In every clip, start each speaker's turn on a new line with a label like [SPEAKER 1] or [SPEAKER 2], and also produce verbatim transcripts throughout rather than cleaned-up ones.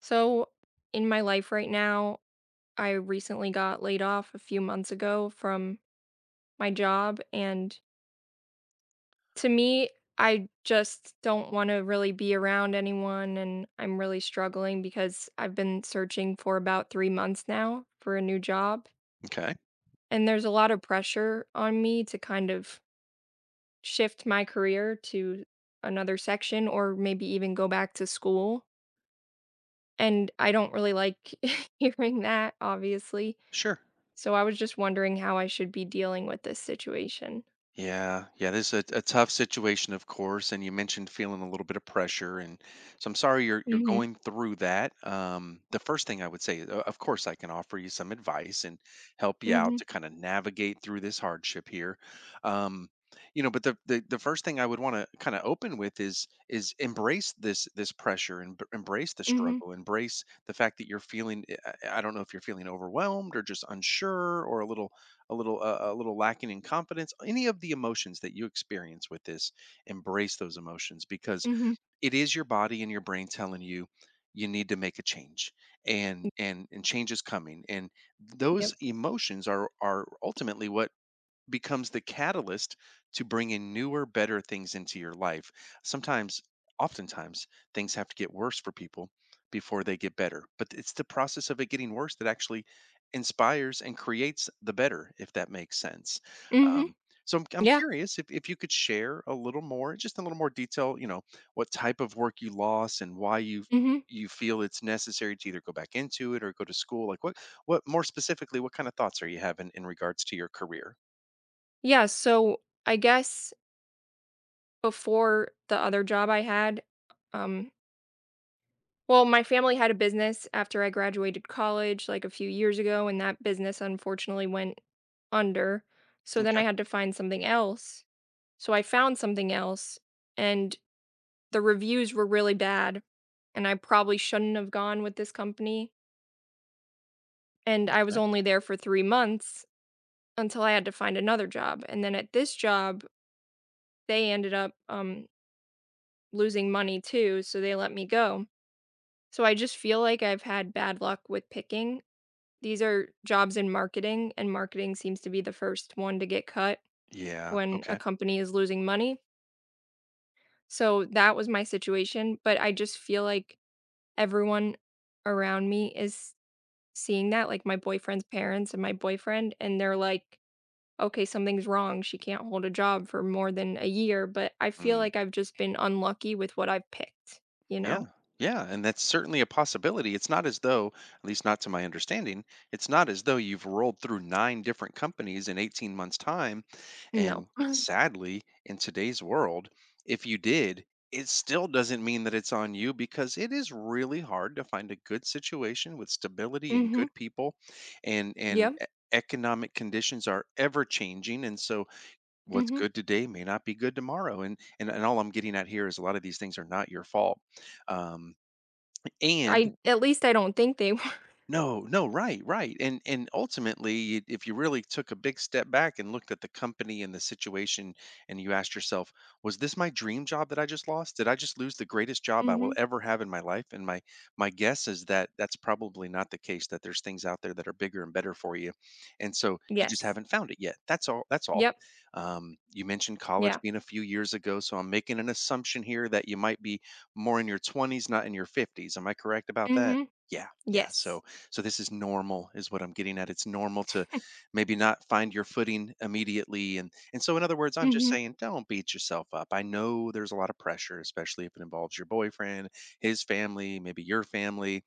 [SPEAKER 1] So, in my life right now, I recently got laid off a few months ago from my job. And to me, I just don't want to really be around anyone. And I'm really struggling because I've been searching for about three months now for a new job.
[SPEAKER 2] Okay.
[SPEAKER 1] And there's a lot of pressure on me to kind of shift my career to another section or maybe even go back to school. And I don't really like hearing that, obviously.
[SPEAKER 2] Sure.
[SPEAKER 1] So I was just wondering how I should be dealing with this situation.
[SPEAKER 2] Yeah. Yeah. This is a, a tough situation, of course. And you mentioned feeling a little bit of pressure. And so I'm sorry you're, you're
[SPEAKER 1] Mhm.
[SPEAKER 2] going through that. Um, the first thing I would say, uh, of course, I can offer you some advice and help you out
[SPEAKER 1] Mhm.
[SPEAKER 2] to kind of navigate through this hardship here. Um, you know, but the, the the first thing I would want to kind of open with is is embrace this this pressure and b- embrace the
[SPEAKER 1] Mhm.
[SPEAKER 2] struggle, embrace the fact that you're feeling. I I- I don't know if you're feeling overwhelmed or just unsure or a little a little uh, a little lacking in confidence, any of the emotions that you experience with this, embrace those emotions because
[SPEAKER 1] Mhm.
[SPEAKER 2] it is your body and your brain telling you you need to make a change, and and and change is coming, and
[SPEAKER 1] Yep.
[SPEAKER 2] those emotions are are ultimately what becomes the catalyst to bring in newer, better things into your life. Sometimes, oftentimes, things have to get worse for people before they get better. But it's the process of it getting worse that actually inspires and creates the better, if that makes sense.
[SPEAKER 1] Mhm.
[SPEAKER 2] Um, so I'm, I'm
[SPEAKER 1] Yeah.
[SPEAKER 2] curious if, if you could share a little more, just a little more detail, you know, what type of work you lost and why you
[SPEAKER 1] Mhm.
[SPEAKER 2] you feel it's necessary to either go back into it or go to school. Like what what more specifically, what kind of thoughts are you having in regards to your career?
[SPEAKER 1] Yeah, so I guess before the other job I had, um well, my family had a business after I graduated college like a few years ago, and that business unfortunately went under. So then I
[SPEAKER 2] Okay.
[SPEAKER 1] had to find something else. So I found something else, and the reviews were really bad, and I probably shouldn't have gone with this company. And I was
[SPEAKER 2] Okay.
[SPEAKER 1] only there for three months until I had to find another job, and then at this job, they ended up, um, losing money too, so they let me go. So I just feel like I've had bad luck with picking. These are jobs in marketing, and marketing seems to be the first one to get cut
[SPEAKER 2] Yeah.
[SPEAKER 1] when a
[SPEAKER 2] Okay.
[SPEAKER 1] company is losing money. So that was my situation, but I just feel like everyone around me is seeing that, like, my boyfriend's parents and my boyfriend, and they're like, okay, something's wrong. She can't hold a job for more than a year. But I feel
[SPEAKER 2] Mm,
[SPEAKER 1] like I've just been unlucky with what I've picked, you
[SPEAKER 2] yeah.
[SPEAKER 1] know?
[SPEAKER 2] Yeah. And that's certainly a possibility. It's not as though, at least not to my understanding, it's not as though you've rolled through nine different companies in eighteen months' time.
[SPEAKER 1] No.
[SPEAKER 2] And sadly, in today's world, if you did, it still doesn't mean that it's on you because it is really hard to find a good situation with stability and
[SPEAKER 1] Mhm.
[SPEAKER 2] good people and and
[SPEAKER 1] Yep.
[SPEAKER 2] e- economic conditions are ever changing, and so what's
[SPEAKER 1] Mhm.
[SPEAKER 2] good today may not be good tomorrow, and and, and all I'm getting at here is a lot of these things are not your fault, um, and
[SPEAKER 1] I at least I don't think they will.
[SPEAKER 2] no, no, right, right. And and ultimately, i- if you really took a big step back and looked at the company and the situation and you asked yourself, was this my dream job that I just lost? Did I just lose the greatest job I will
[SPEAKER 1] Mhm.
[SPEAKER 2] ever have in my life? And my my guess is that that's probably not the case, that there's things out there that are bigger and better for you. And so you just
[SPEAKER 1] Yes.
[SPEAKER 2] haven't found it yet. That's all. That's all.
[SPEAKER 1] Yep.
[SPEAKER 2] Um, you mentioned college
[SPEAKER 1] Yeah.
[SPEAKER 2] being a few years ago, so I'm making an assumption here that you might be more in your twenties, not in your fifties. Am I correct about that?
[SPEAKER 1] Mhm.
[SPEAKER 2] Yeah, yeah.
[SPEAKER 1] Yes.
[SPEAKER 2] So so this is normal, is what I'm getting at. It's normal to maybe not find your footing immediately. And and so in other words, I'm just
[SPEAKER 1] Mhm.
[SPEAKER 2] saying don't beat yourself up. I know there's a lot of pressure, especially if it involves your boyfriend, his family, maybe your family.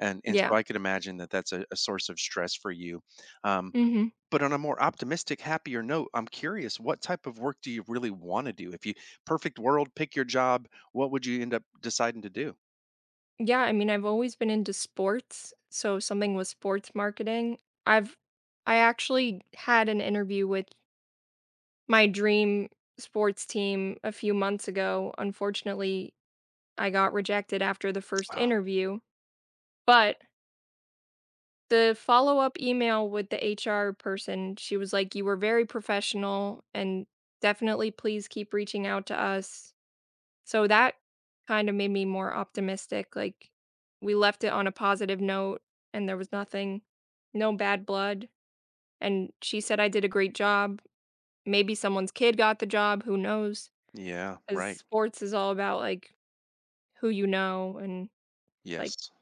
[SPEAKER 2] And and so
[SPEAKER 1] Yeah.
[SPEAKER 2] I could imagine that that's a, a source of stress for you. Um,
[SPEAKER 1] Mhm.
[SPEAKER 2] but on a more optimistic, happier note, I'm curious, what type of work do you really want to do? If you, perfect world, pick your job, what would you end up deciding to do?
[SPEAKER 1] Yeah, I mean, I've always been into sports, so something with sports marketing. I've I actually had an interview with my dream sports team a few months ago. Unfortunately, I got rejected after the first
[SPEAKER 2] Oh,
[SPEAKER 1] interview, but the follow-up email with the H R person, she was like, "You were very professional and definitely please keep reaching out to us." So that kind of made me more optimistic, like, we left it on a positive note, and there was nothing, no bad blood, and she said I did a great job. Maybe someone's kid got the job, who knows? knows?
[SPEAKER 2] yeah,
[SPEAKER 1] 'Cause
[SPEAKER 2] right.
[SPEAKER 1] sports is all about, like, who you know and like,
[SPEAKER 2] Yes.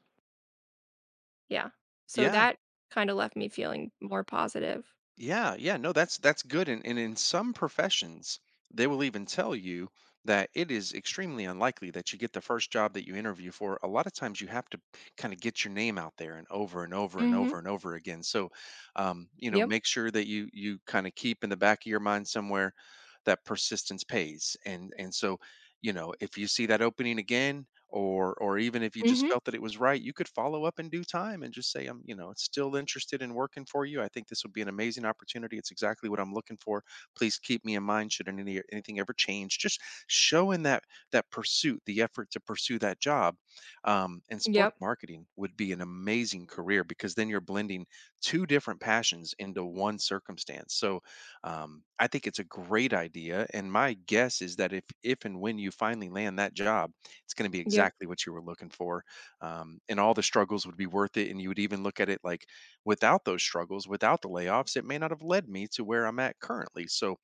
[SPEAKER 1] yeah. So
[SPEAKER 2] Yeah.
[SPEAKER 1] that kinda left me feeling more positive.
[SPEAKER 2] Yeah, yeah, no, that's that's good. And, and in some professions, they will even tell you that it is extremely unlikely that you get the first job that you interview for. A lot of times you have to kind of get your name out there and over and over and
[SPEAKER 1] Mhm.
[SPEAKER 2] over and over again. So, um, you know,
[SPEAKER 1] Yep.
[SPEAKER 2] make sure that you you kind of keep in the back of your mind somewhere that persistence pays. And and so, you know, if you see that opening again, or or even if you just
[SPEAKER 1] Mhm.
[SPEAKER 2] felt that it was right, you could follow up in due time and just say, I'm, you know, still interested in working for you. I think this would be an amazing opportunity. It's exactly what I'm looking for. Please keep me in mind should any anything ever change. Just showing that that pursuit, the effort to pursue that job. Um, and sports
[SPEAKER 1] Yep.
[SPEAKER 2] marketing would be an amazing career because then you're blending two different passions into one circumstance. So um, I think it's a great idea. And my guess is that if if and when you finally land that job, it's going to be
[SPEAKER 1] Yep.
[SPEAKER 2] exactly what you were looking for. Um, and all the struggles would be worth it. And you would even look at it like, without those struggles, without the layoffs, it may not have led me to where I'm at currently. So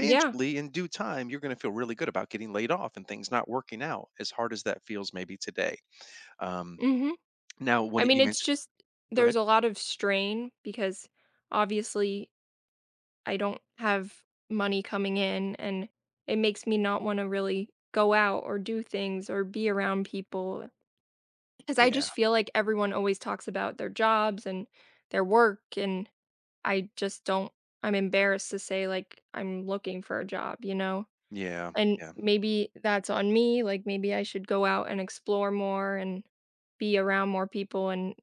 [SPEAKER 1] Yeah.
[SPEAKER 2] in due time, you're going to feel really good about getting laid off and things not working out, as hard as that feels maybe today. Um,
[SPEAKER 1] Mhm.
[SPEAKER 2] now, when
[SPEAKER 1] I
[SPEAKER 2] it,
[SPEAKER 1] mean,
[SPEAKER 2] you
[SPEAKER 1] it's
[SPEAKER 2] mentioned,
[SPEAKER 1] just,
[SPEAKER 2] go
[SPEAKER 1] there's
[SPEAKER 2] ahead.
[SPEAKER 1] a lot of strain because obviously I don't have money coming in, and it makes me not wanna really go out or do things or be around people because I
[SPEAKER 2] Yeah.
[SPEAKER 1] just feel like everyone always talks about their jobs and their work, and I just don't I'm embarrassed to say, like, I'm looking for a job, you know?
[SPEAKER 2] Yeah.
[SPEAKER 1] And
[SPEAKER 2] Yeah.
[SPEAKER 1] maybe that's on me, like, maybe I should go out and explore more and be around more people, and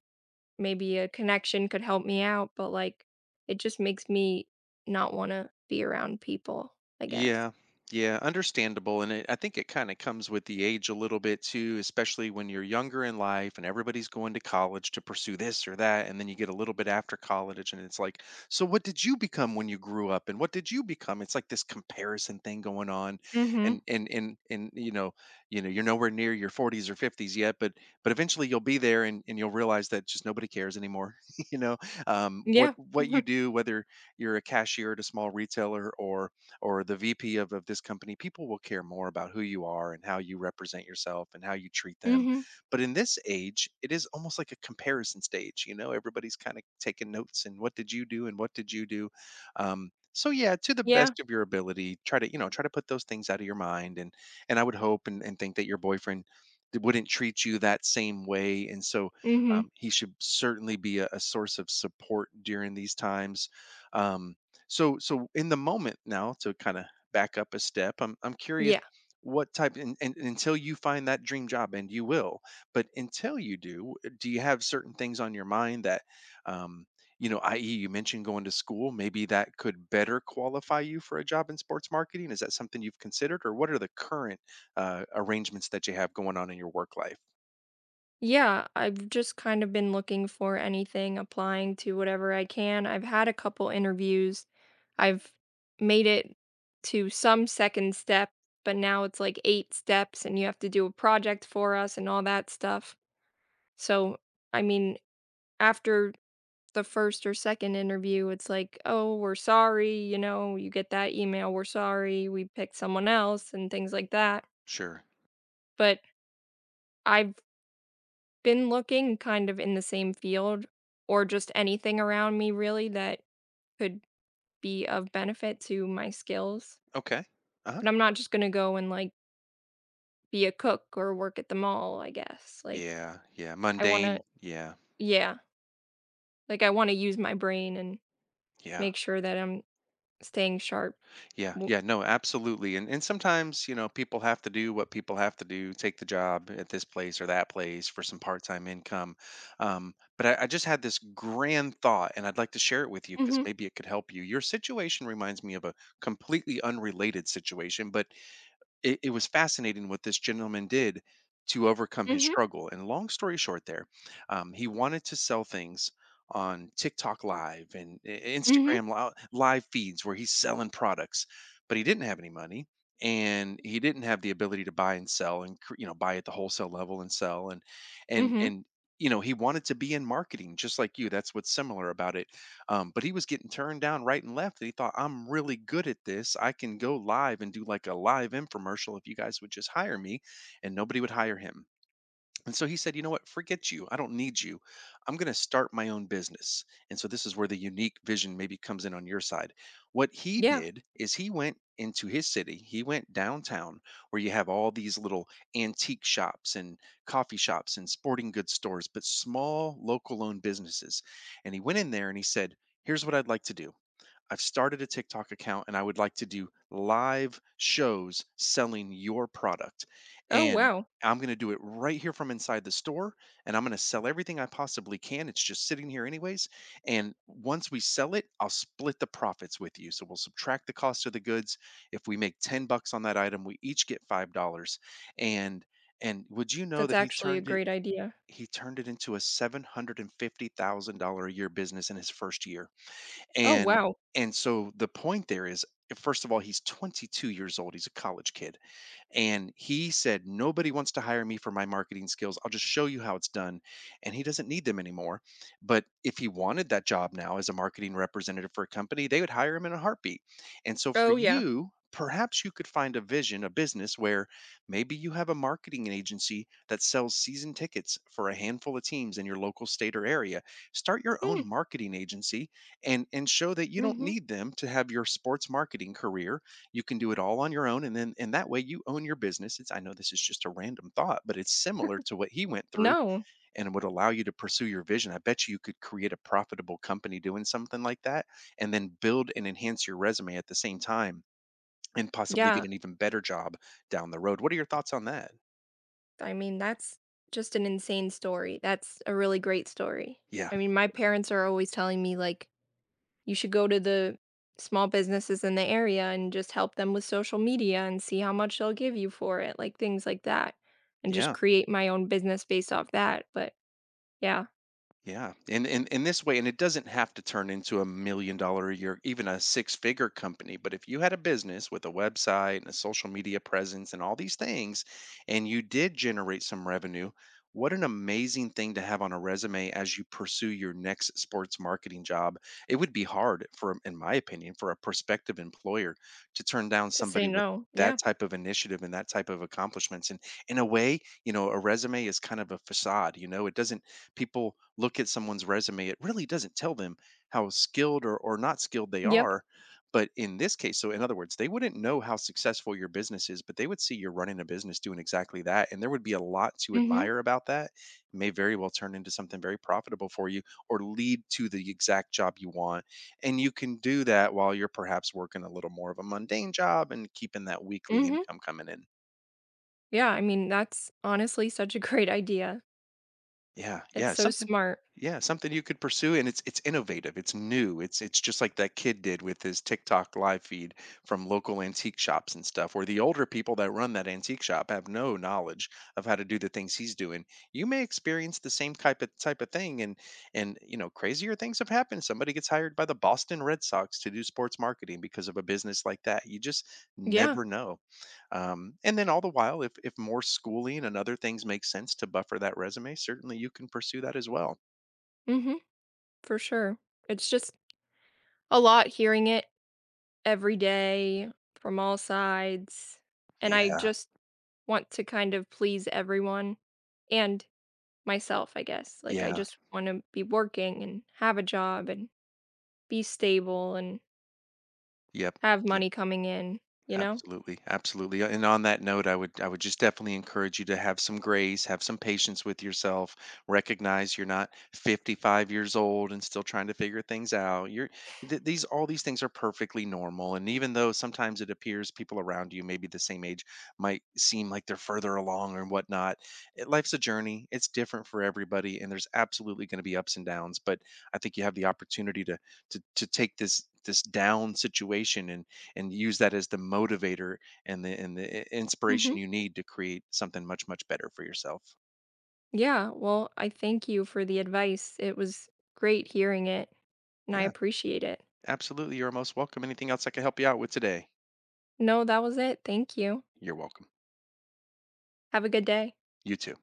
[SPEAKER 1] maybe a connection could help me out, but like, it just makes me not want to be around people, I guess.
[SPEAKER 2] Yeah, yeah, understandable. And it, I think it kind of comes with the age a little bit too, especially when you're younger in life and everybody's going to college to pursue this or that. And then you get a little bit after college and it's like, so what did you become when you grew up? And what did you become? It's like this comparison thing going on.
[SPEAKER 1] Mhm.
[SPEAKER 2] And and and and you know, you know, you're nowhere near your forties or fifties yet, but but eventually you'll be there, and, and you'll realize that just nobody cares anymore. You know, um, what
[SPEAKER 1] Yeah.
[SPEAKER 2] what you do, whether you're a cashier at a small retailer or or the V P of, of this company, people will care more about who you are and how you represent yourself and how you treat them.
[SPEAKER 1] Mhm.
[SPEAKER 2] But in this age, it is almost like a comparison stage. You know, everybody's kind of taking notes and what did you do and what did you do. Um, so yeah, to the
[SPEAKER 1] Yeah.
[SPEAKER 2] best of your ability, try to, you know, try to put those things out of your mind. and and I would hope and, and think that your boyfriend th- wouldn't treat you that same way, and so
[SPEAKER 1] Mhm.
[SPEAKER 2] um, he should certainly be a, a source of support during these times. Um, so so in the moment now, to kind of back up a step, I'm I'm curious what type, and, and and until you find that dream job, and you will, but until you do, uh, do you have certain things on your mind that um you know, i e, you mentioned going to school. Maybe that could better qualify you for a job in sports marketing. Is that something you've considered, or what are the current uh, arrangements that you have going on in your work life?
[SPEAKER 1] Yeah, I've just kind of been looking for anything, applying to whatever I can. I've had a couple interviews. I've made it to some second step, but now it's like eight steps and you have to do a project for us and all that stuff. So, I mean, after the first or second interview, it's like, oh, we're sorry. You know, you get that email, we're sorry, we picked someone else and things like that.
[SPEAKER 2] Sure.
[SPEAKER 1] But I've been looking kind of in the same field or just anything around me really that could be of benefit to my skills.
[SPEAKER 2] Okay. Uh huh.
[SPEAKER 1] But I'm not just going to go and, like, be a cook or work at the mall, I guess. Like,
[SPEAKER 2] Yeah. Yeah.
[SPEAKER 1] I want to
[SPEAKER 2] Mundane. Yeah.
[SPEAKER 1] yeah, like, I want to use my brain and
[SPEAKER 2] Yeah.
[SPEAKER 1] make sure that I'm staying sharp.
[SPEAKER 2] Yeah,
[SPEAKER 1] W-
[SPEAKER 2] yeah, no, absolutely. And and sometimes, you know, people have to do what people have to do, take the job at this place or that place for some part-time income. Um, but I, I just had this grand thought and I'd like to share it with you because
[SPEAKER 1] Mhm.
[SPEAKER 2] maybe it could help you. Your situation reminds me of a completely unrelated situation, but it, it was fascinating what this gentleman did to overcome his
[SPEAKER 1] Mhm.
[SPEAKER 2] struggle. And long story short, there, um, he wanted to sell things on TikTok Live and I-
[SPEAKER 1] Mhm.
[SPEAKER 2] Instagram lo- live feeds where he's selling products, but he didn't have any money and he didn't have the ability to buy and sell and cr- you know, buy at the wholesale level and sell, and and
[SPEAKER 1] Mhm.
[SPEAKER 2] and you know, he wanted to be in marketing just like you, that's what's similar about it. Um, but he was getting turned down right and left. And he thought, I'm really good at this. I can go live and do like a live infomercial if you guys would just hire me. And nobody would hire him. And so he said, you know what? Forget you. I don't need you. I'm going to start my own business. And so this is where the unique vision maybe comes in on your side. What he
[SPEAKER 1] Yeah.
[SPEAKER 2] did is he went into his city, he went downtown where you have all these little antique shops and coffee shops and sporting goods stores, but small local owned businesses. And he went in there and he said, here's what I'd like to do. I've started a TikTok account and I would like to do live shows selling your product.
[SPEAKER 1] Oh,
[SPEAKER 2] And
[SPEAKER 1] wow.
[SPEAKER 2] I'm going to do it right here from inside the store and I'm going to sell everything I possibly can. It's just sitting here, anyways. And once we sell it, I'll split the profits with you. So we'll subtract the cost of the goods. If we make ten bucks on that item, we each get five dollars. And and would you know
[SPEAKER 1] That's
[SPEAKER 2] that he
[SPEAKER 1] actually a
[SPEAKER 2] turned it
[SPEAKER 1] great idea.
[SPEAKER 2] he turned it into a seven hundred fifty thousand dollars a year business in his first year?
[SPEAKER 1] Oh,
[SPEAKER 2] and
[SPEAKER 1] wow.
[SPEAKER 2] and so the point there is, first of all, he's twenty-two years old, he's a college kid. And he said, nobody wants to hire me for my marketing skills, I'll just show you how it's done. And he doesn't need them anymore. But if he wanted that job now as a marketing representative for a company, they would hire him in a heartbeat. And so for
[SPEAKER 1] Oh, yeah.
[SPEAKER 2] you, perhaps you could find a vision, a business where maybe you have a marketing agency that sells season tickets for a handful of teams in your local state or area. Start your
[SPEAKER 1] Hmm.
[SPEAKER 2] own marketing agency and and show that you don't
[SPEAKER 1] Mhm.
[SPEAKER 2] need them to have your sports marketing career. You can do it all on your own. And then and that way you own your business. It's, I know this is just a random thought, but it's similar to what he went through,
[SPEAKER 1] No.
[SPEAKER 2] and would allow you to pursue your vision. I bet you you could create a profitable company doing something like that, and then build and enhance your resume at the same time, and possibly get
[SPEAKER 1] Yeah.
[SPEAKER 2] an even better job down the road. What are your thoughts on that?
[SPEAKER 1] I mean, that's just an insane story. That's a really great story.
[SPEAKER 2] Yeah.
[SPEAKER 1] I mean, my parents are always telling me, like, you should go to the small businesses in the area and just help them with social media and see how much they'll give you for it, like things like that, and just
[SPEAKER 2] Yeah.
[SPEAKER 1] create my own business based off that. But yeah,
[SPEAKER 2] Yeah. And in, in this way, and it doesn't have to turn into a million dollar a year, even a six figure company. But if you had a business with a website and a social media presence and all these things, and you did generate some revenue, what an amazing thing to have on a resume as you pursue your next sports marketing job. It would be hard for, in my opinion, for a prospective employer to turn down
[SPEAKER 1] to say
[SPEAKER 2] somebody with
[SPEAKER 1] no. Yeah.
[SPEAKER 2] that type of initiative and that type of accomplishments. And in a way, you know, a resume is kind of a facade. You know, it doesn't— people look at someone's resume, it really doesn't tell them how skilled or, or not skilled they
[SPEAKER 1] Yep.
[SPEAKER 2] are. But in this case, so in other words, they wouldn't know how successful your business is, but they would see you're running a business doing exactly that. And there would be a lot to
[SPEAKER 1] mm
[SPEAKER 2] admire about that. It may very well turn into something very profitable for you, or lead to the exact job you want. And you can do that while you're perhaps working a little more of a mundane job and keeping that
[SPEAKER 1] hmm.
[SPEAKER 2] weekly
[SPEAKER 1] mm hmm.
[SPEAKER 2] income coming in.
[SPEAKER 1] Yeah. I mean, that's honestly such a great idea.
[SPEAKER 2] Yeah,
[SPEAKER 1] It's
[SPEAKER 2] yeah,
[SPEAKER 1] so
[SPEAKER 2] something
[SPEAKER 1] smart.
[SPEAKER 2] yeah, something you could pursue. And it's it's innovative, it's new, it's it's just like that kid did with his TikTok live feed from local antique shops and stuff, where the older people that run that antique shop have no knowledge of how to do the things he's doing. You may experience the same type of type of thing. And and you know, crazier things have happened. Somebody gets hired by the Boston Red Sox to do sports marketing because of a business like that. You just
[SPEAKER 1] Yeah.
[SPEAKER 2] never know. Um, and then all the while, if if more schooling and other things make sense to buffer that resume, certainly you can pursue that as well.
[SPEAKER 1] mm hmm. For sure. It's just a lot hearing it every day from all sides, and I
[SPEAKER 2] Yeah.
[SPEAKER 1] just want to kind of please everyone and myself, I guess. Like, I
[SPEAKER 2] Yeah.
[SPEAKER 1] just want to be working and have a job and be stable and
[SPEAKER 2] Yep.
[SPEAKER 1] have
[SPEAKER 2] Yep.
[SPEAKER 1] money coming in, you know?
[SPEAKER 2] Absolutely, absolutely. And on that note, I would I would just definitely encourage you to have some grace, have some patience with yourself. Recognize you're not fifty-five years old and still trying to figure things out. You're th- these all these things are perfectly normal. And even though sometimes it appears people around you, maybe the same age, might seem like they're further along or whatnot, it, life's a journey. It's different for everybody, and there's absolutely going to be ups and downs. But I think you have the opportunity to to to take this this down situation and and use that as the motivator and the and the i- inspiration
[SPEAKER 1] Hmm.
[SPEAKER 2] you need to create something much much better for yourself.
[SPEAKER 1] Yeah. Well, I thank you for the advice. It was great hearing it, and I
[SPEAKER 2] Yeah,
[SPEAKER 1] appreciate it.
[SPEAKER 2] absolutely. You're most welcome. Anything else I can help you out with today?
[SPEAKER 1] No, that was it. Thank you.
[SPEAKER 2] You're welcome.
[SPEAKER 1] Have a good day.
[SPEAKER 2] You too.